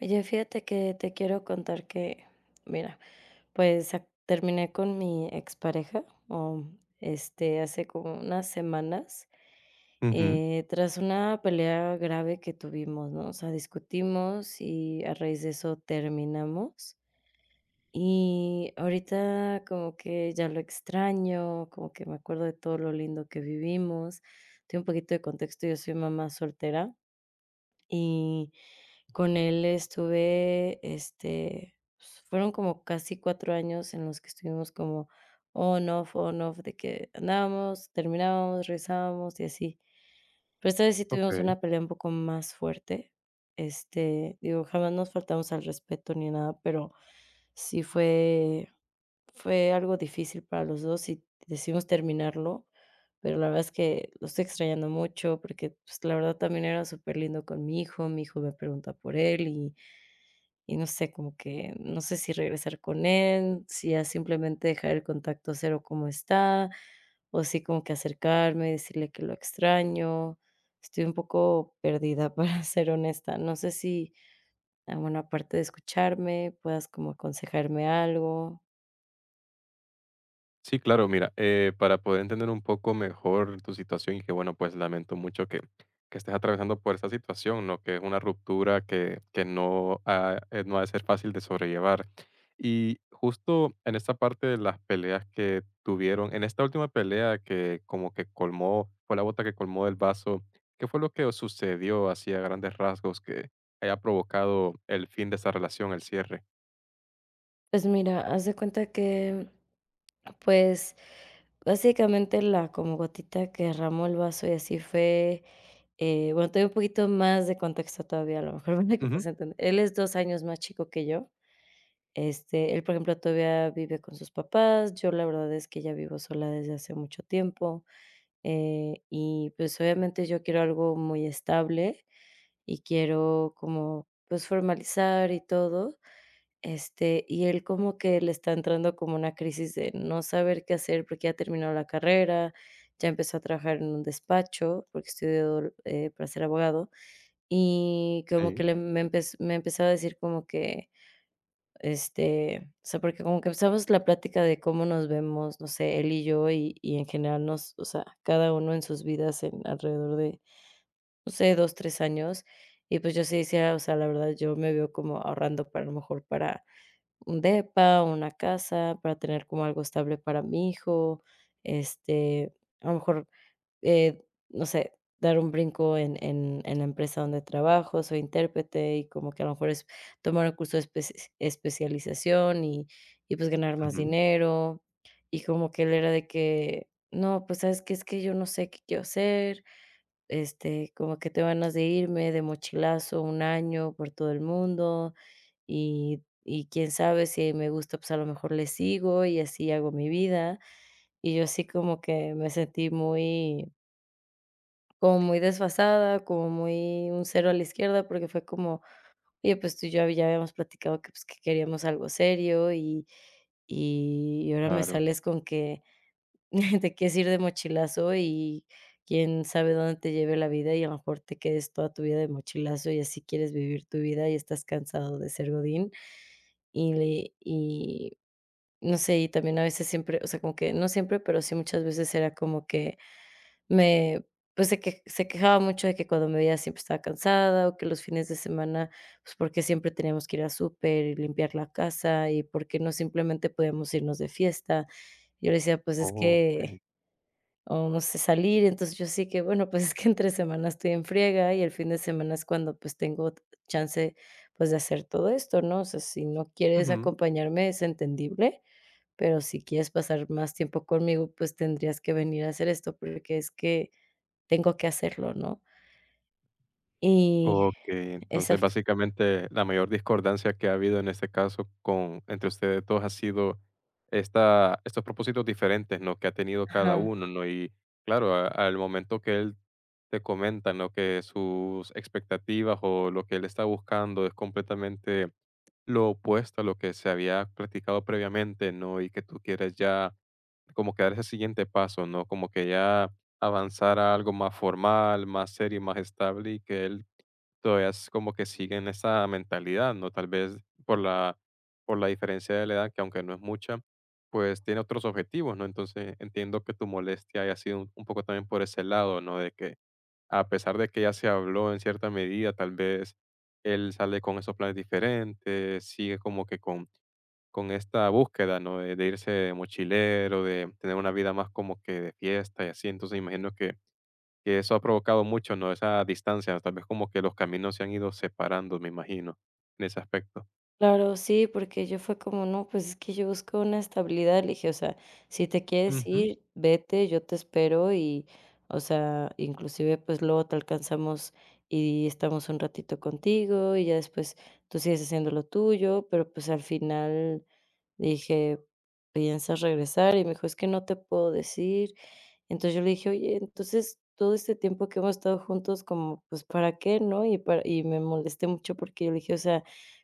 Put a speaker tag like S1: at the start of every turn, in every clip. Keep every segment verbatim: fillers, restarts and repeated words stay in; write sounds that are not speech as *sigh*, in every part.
S1: Oye, fíjate que te quiero contar que, mira, pues ac- terminé con mi expareja, o, este, hace como unas semanas,
S2: Ujú,
S1: eh, tras una pelea grave que tuvimos, ¿no? O sea, discutimos y a raíz de eso terminamos. Y ahorita como que ya lo extraño, como que me acuerdo de todo lo lindo que vivimos. Tengo un poquito de contexto, yo soy mamá soltera y con él estuve, este, pues, fueron como casi cuatro años en los que estuvimos como on off, on off, de que andábamos, terminábamos, regresábamos y así. Pero esta vez sí tuvimos
S2: okey.
S1: una pelea un poco más fuerte, este, digo, jamás nos faltamos al respeto ni nada, pero sí fue fue algo difícil para los dos y decidimos terminarlo, pero la verdad es que lo estoy extrañando mucho porque, pues, la verdad también era súper lindo con mi hijo, mi hijo me pregunta por él y y no sé, como que no sé si regresar con él, si ya simplemente dejar el contacto cero como está, o si como que acercarme, decirle que lo extraño. Estoy un poco perdida, *laughs* para ser honesta. No sé si, ah, bueno, aparte de escucharme, puedas como aconsejarme algo.
S2: Sí, claro, mira, eh, para poder entender un poco mejor tu situación y que, bueno, pues lamento mucho que que estés atravesando por esta situación, ¿no? Que es una ruptura que que no ha eh, no ha de ser fácil de sobrellevar. Y justo en esta parte de las peleas que tuvieron, en esta última pelea que como que colmó fue la bota que colmó el vaso, ¿qué fue lo que os sucedió así a grandes rasgos que haya provocado el fin de esa relación, el cierre?
S1: Pues mira, haz de cuenta que, pues, básicamente la como gotita que derramó el vaso y así fue, eh, bueno, te doy un poquito más de contexto todavía, a lo mejor *laughs* para que
S2: Ujú,
S1: puedas entender. Él es dos años más chico que yo. Este, él, por ejemplo, todavía vive con sus papás. Yo la verdad es que ya vivo sola desde hace mucho tiempo, eh, y, pues, obviamente yo quiero algo muy estable y quiero como, pues, formalizar y todo, este, y él como que le está entrando como una crisis de no saber qué hacer porque ya terminó la carrera, ya empezó a trabajar en un despacho, porque estudió, eh, para ser abogado, y como
S2: sí,
S1: que le me empez me empezó a decir como que, este, o sea, porque como que empezamos la plática de cómo nos vemos, no sé, él y yo, y y en general nos o sea, cada uno en sus vidas en alrededor de no sé, dos tres años. Y pues yo sí decía, o sea, la verdad, yo me veo como ahorrando para a lo mejor para un depa, una casa, para tener como algo estable para mi hijo, este, a lo mejor eh, no sé, dar un brinco en en en la empresa donde trabajo, soy intérprete y como que a lo mejor es tomar un curso de especies especialización y y, pues, ganar más
S2: ujú.
S1: dinero. Y como que él era de que: "No, pues, ¿sabes que Es que yo no sé qué quiero hacer, este, como que te ganas de irme de mochilazo un año por todo el mundo y y quién sabe si me gusta, pues, a lo mejor le sigo y así hago mi vida". Y yo así como que me sentí muy como muy desfasada, como muy un cero a la izquierda, porque fue como, oye, pues tú y yo ya habíamos platicado que, pues, que queríamos algo serio y y ahora me
S2: Claro.
S1: sales con que *laughs* te quieres ir de mochilazo y quién sabe dónde te lleve la vida y a lo mejor te quedes toda tu vida de mochilazo y así quieres vivir tu vida y estás cansado de ser godín. Y le y no sé, y también a veces siempre, o sea, como que no siempre, pero sí muchas veces era como que me pues, se que se quejaba mucho de que cuando me veía siempre estaba cansada, o que los fines de semana, pues, porque siempre teníamos que ir a súper y limpiar la casa, y porque no simplemente podíamos irnos de fiesta. Yo le decía: "Pues, es
S2: Oh,
S1: que,
S2: okey.
S1: o no sé, salir". Entonces, yo así que, bueno, pues, es que entre semana estoy en friega, y el fin de semana es cuando, pues, tengo chance, pues, de hacer todo esto, ¿no? O sea, si no quieres
S2: Ujú.
S1: acompañarme, es entendible, pero si quieres pasar más tiempo conmigo, pues, tendrías que venir a hacer esto, porque es que tengo que hacerlo, ¿no? Y
S2: Ok,
S1: esa
S2: entonces
S1: f
S2: básicamente la mayor discordancia que ha habido en este caso con entre ustedes dos ha sido esta, estos propósitos diferentes, ¿no? Que ha tenido cada
S1: ajá.
S2: uno, ¿no? Y claro, a- al momento que él te comenta, ¿no? Que sus expectativas o lo que él está buscando es completamente lo opuesto a lo que se había practicado previamente, ¿no? Y que tú quieres ya como que dar ese siguiente paso, ¿no? Como que ya avanzar a algo más formal, más serio, y más estable y que él todavía es como que siguen esa mentalidad, ¿no? Tal vez por la, por la diferencia de la edad, que aunque no es mucha, pues tiene otros objetivos, ¿no? Entonces entiendo que tu molestia haya sido un, un poco también por ese lado, ¿no? De que a pesar de que ya se habló en cierta medida, tal vez él sale con esos planes diferentes, sigue como que con, con esta búsqueda, ¿no? De, de irse de mochilero, de tener una vida más como que de fiesta y así. Entonces imagino que que eso ha provocado mucho, ¿no? Esa distancia, tal vez como que los caminos se han ido separando, me imagino, en ese aspecto.
S1: Claro, sí, porque yo fue como: "No, pues es que yo busco una estabilidad", le dije: "O sea, si te quieres ir, vete, yo te espero y, o sea, inclusive, pues, luego te alcanzamos y estamos un ratito contigo, y ya después tú sigues haciendo lo tuyo", pero, pues, al final dije: "¿Piensas regresar?", y me dijo: "Es que no te puedo decir". Entonces yo le dije: "Oye, entonces todo este tiempo que hemos estado juntos como, pues, ¿para qué?", ¿no? Y para y me molesté mucho porque yo le dije: "O sea,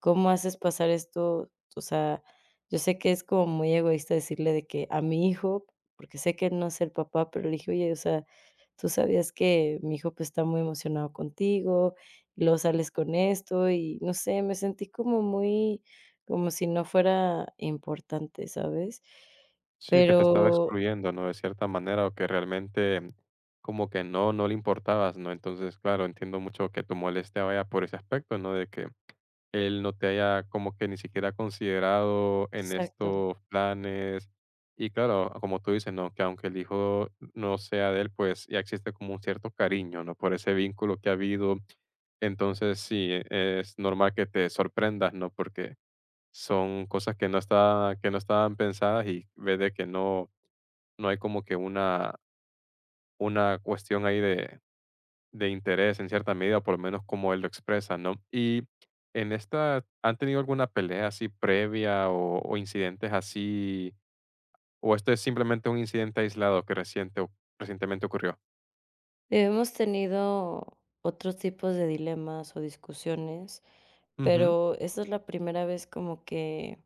S1: ¿cómo haces pasar esto? O sea, yo sé que es como muy egoísta decirle de que a mi hijo, porque sé que no es el papá, pero le dije: "Oye, o sea, tú sabías que mi hijo, pues, está muy emocionado contigo, y luego sales con esto", y no sé, me sentí como muy como si no fuera importante, ¿sabes?
S2: Sí, que te estaba
S1: Pero
S2: excluyendo, ¿no? De cierta manera, o que realmente mm, como que no, no le importabas, ¿no? Entonces, claro, entiendo mucho que tu molestia vaya por ese aspecto, ¿no? De que él no te haya como que ni siquiera considerado en
S1: exacto.
S2: estos planes. Y claro, como tú dices, ¿no? Que aunque el hijo no sea de él, pues ya existe como un cierto cariño, ¿no? Por ese vínculo que ha habido. Entonces, sí, e, es normal que te sorprendas, ¿no? Porque son cosas que no está que no estaban pensadas y ves de que no no hay como que una una cuestión ahí de de interés en cierta medida, por lo menos como él lo expresa, ¿no? Y en esta, ¿han tenido alguna pelea así previa o o incidentes así, o esto es simplemente un incidente aislado que reciente o recientemente ocurrió?
S1: Hemos tenido otros tipos de dilemas o discusiones,
S2: Ujú,
S1: pero esta es la primera vez como que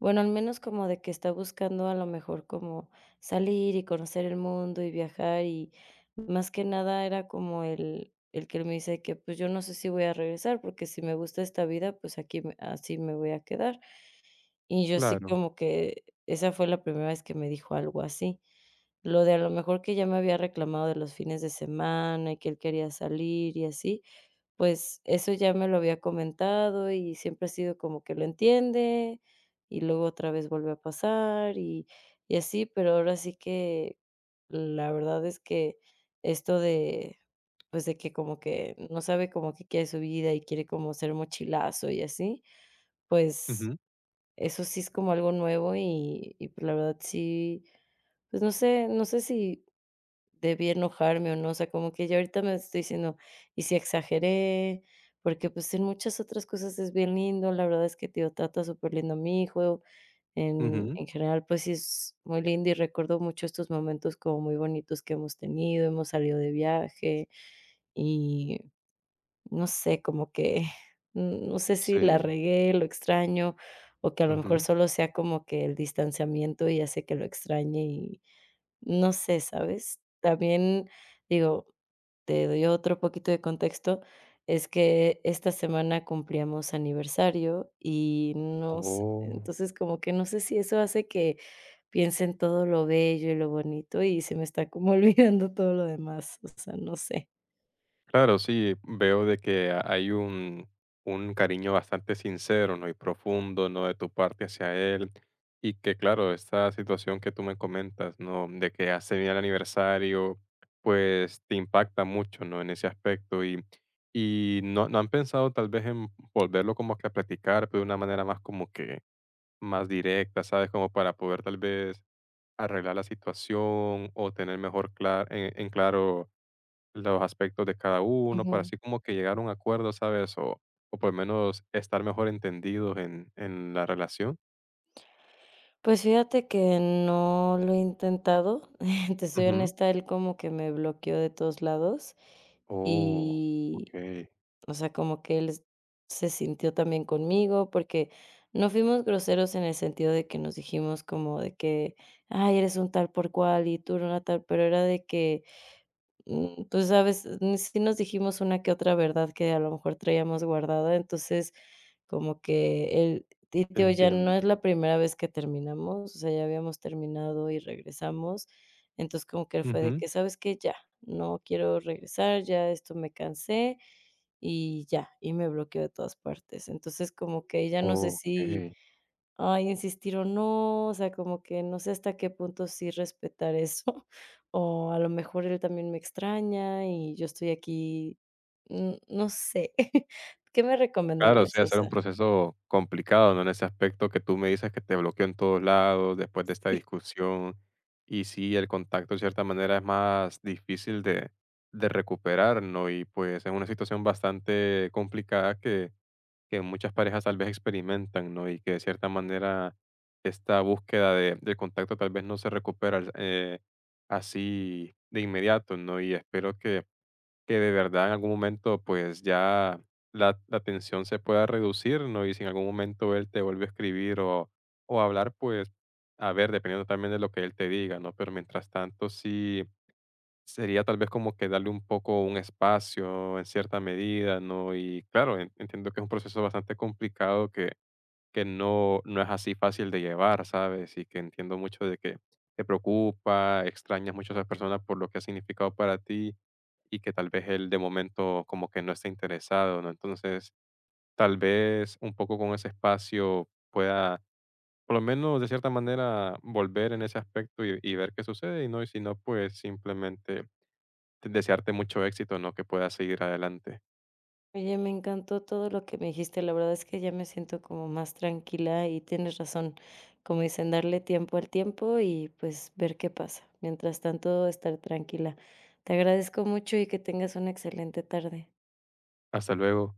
S1: Bueno, al menos como de que está buscando a lo mejor como salir y conocer el mundo y viajar y más que nada era como el el que él me dice que pues yo no sé si voy a regresar porque si me gusta esta vida pues aquí me así me voy a quedar. Y yo sí
S2: claro.
S1: como que esa fue la primera vez que me dijo algo así. Lo de a lo mejor que ya me había reclamado de los fines de semana y que él quería salir y así, pues, eso ya me lo había comentado, y siempre ha sido como que lo entiende, y luego otra vez vuelve a pasar, y y así, pero ahora sí que la verdad es que esto de, pues, de que como que no sabe como qué quiere su vida y quiere como ser mochilazo y así, pues,
S2: Ujú,
S1: eso sí es como algo nuevo y y, pues, la verdad sí, pues, no sé no sé si Debí enojarme o no, o sea, como que ya ahorita me estoy diciendo, y si exageré, porque pues en muchas otras cosas es bien lindo, la verdad es que tío trata súper lindo a mi hijo, en,
S2: ujú.
S1: en general pues sí es muy lindo y recuerdo mucho estos momentos como muy bonitos que hemos tenido, hemos salido de viaje y no sé, como que *laughs* no sé si la
S2: Sí,
S1: regué, lo extraño o que a lo mejor
S2: ujú.
S1: solo sea como que el distanciamiento y hace que lo extrañe no sé, ¿sabes? También, digo, te doy otro poquito de contexto, es que esta semana cumplíamos aniversario y no sé,
S2: Oh.
S1: entonces como que no sé si eso hace que piense en todo lo bello y lo bonito y se me está como *laughs* olvidando todo lo demás, o sea, no sé.
S2: Claro, sí, veo de que ha- hay un, un cariño bastante sincero, ¿no? Y profundo, ¿no? De tu parte hacia él. Y que, claro, esta situación que tú me comentas, ¿no? De que hace bien el aniversario, pues te impacta mucho, ¿no? En ese aspecto. Y, y no, no han pensado tal vez en volverlo como que a platicar, pero de una manera más como que más directa, ¿sabes? Como para poder tal vez arreglar la situación o tener mejor cla- en en claro los aspectos de cada uno, para
S1: Ujú.
S2: así como que llegar a un acuerdo, ¿sabes? O, o por lo menos estar mejor entendidos en, en la relación.
S1: Pues fíjate que no lo he intentado, *laughs* te soy
S2: Ujú.
S1: honesta, él como que me bloqueó de todos lados
S2: Oh, ok,
S1: y O sea, como que él es- se sintió también conmigo, porque no fuimos groseros en el sentido de que nos dijimos como de que, ay, eres un tal por cual y tú una tal, pero era de que, mm, tú sabes, mm, sí nos dijimos una que otra verdad que a lo mejor traíamos guardada, entonces como que él, y tío, ya no
S2: entiendo.
S1: es la primera vez que terminamos, o sea, ya habíamos terminado y regresamos, entonces como que él fue de
S2: Ujú.
S1: que, ¿sabes qué? Ya, no quiero regresar, ya esto me cansé y ya, y me bloqueó de todas partes. Entonces, como que ya no sé
S2: Ok.
S1: si, ay, insistir o no, o sea, como que no sé hasta qué punto sí respetar eso, *laughs* o a lo mejor él también me extraña y yo estoy aquí, mm, no sé. *laughs* ¿Qué me
S2: Claro, o
S1: recomendarías?
S2: sea,
S1: O
S2: hacer un
S1: sea,
S2: proceso complicado, ¿no? En ese aspecto que tú me dices que te bloqueó en todos lados después de
S1: *laughs*
S2: esta
S1: sí.
S2: discusión. Y sí, el contacto de cierta manera es más difícil de, de recuperar, ¿no? Y pues es una situación bastante complicada que, que muchas parejas tal vez experimentan, ¿no? Y que de cierta manera esta búsqueda de, del contacto tal vez no se recupera eh, así de inmediato, ¿no? Y espero que que de verdad en algún momento pues ya la, la tensión se pueda reducir, ¿no? Y si en algún momento él te vuelve a escribir o, o hablar, pues a ver, dependiendo también de lo que él te diga, ¿no? Pero mientras tanto sí sería tal vez como que darle un poco un espacio en cierta medida, ¿no? Y claro, en- entiendo que es un proceso bastante complicado que, que no, no es así fácil de llevar, ¿sabes? Y que entiendo mucho de que te preocupa, extrañas mucho a esa persona por lo que ha significado para ti y que tal vez él de momento como que no está interesado, ¿no? Entonces, tal vez un poco con ese espacio pueda, por lo menos de cierta manera, volver en ese aspecto y, y ver qué sucede, y no, y si no, pues simplemente te- desearte mucho éxito, ¿no? Que puedas seguir adelante.
S1: Oye, me encantó todo lo que me dijiste. La verdad es que ya me siento como más tranquila y tienes razón. Como dicen, darle tiempo al tiempo y pues ver qué pasa. Mientras tanto, estar tranquila. Te agradezco mucho y que tengas una excelente tarde.
S2: Hasta luego.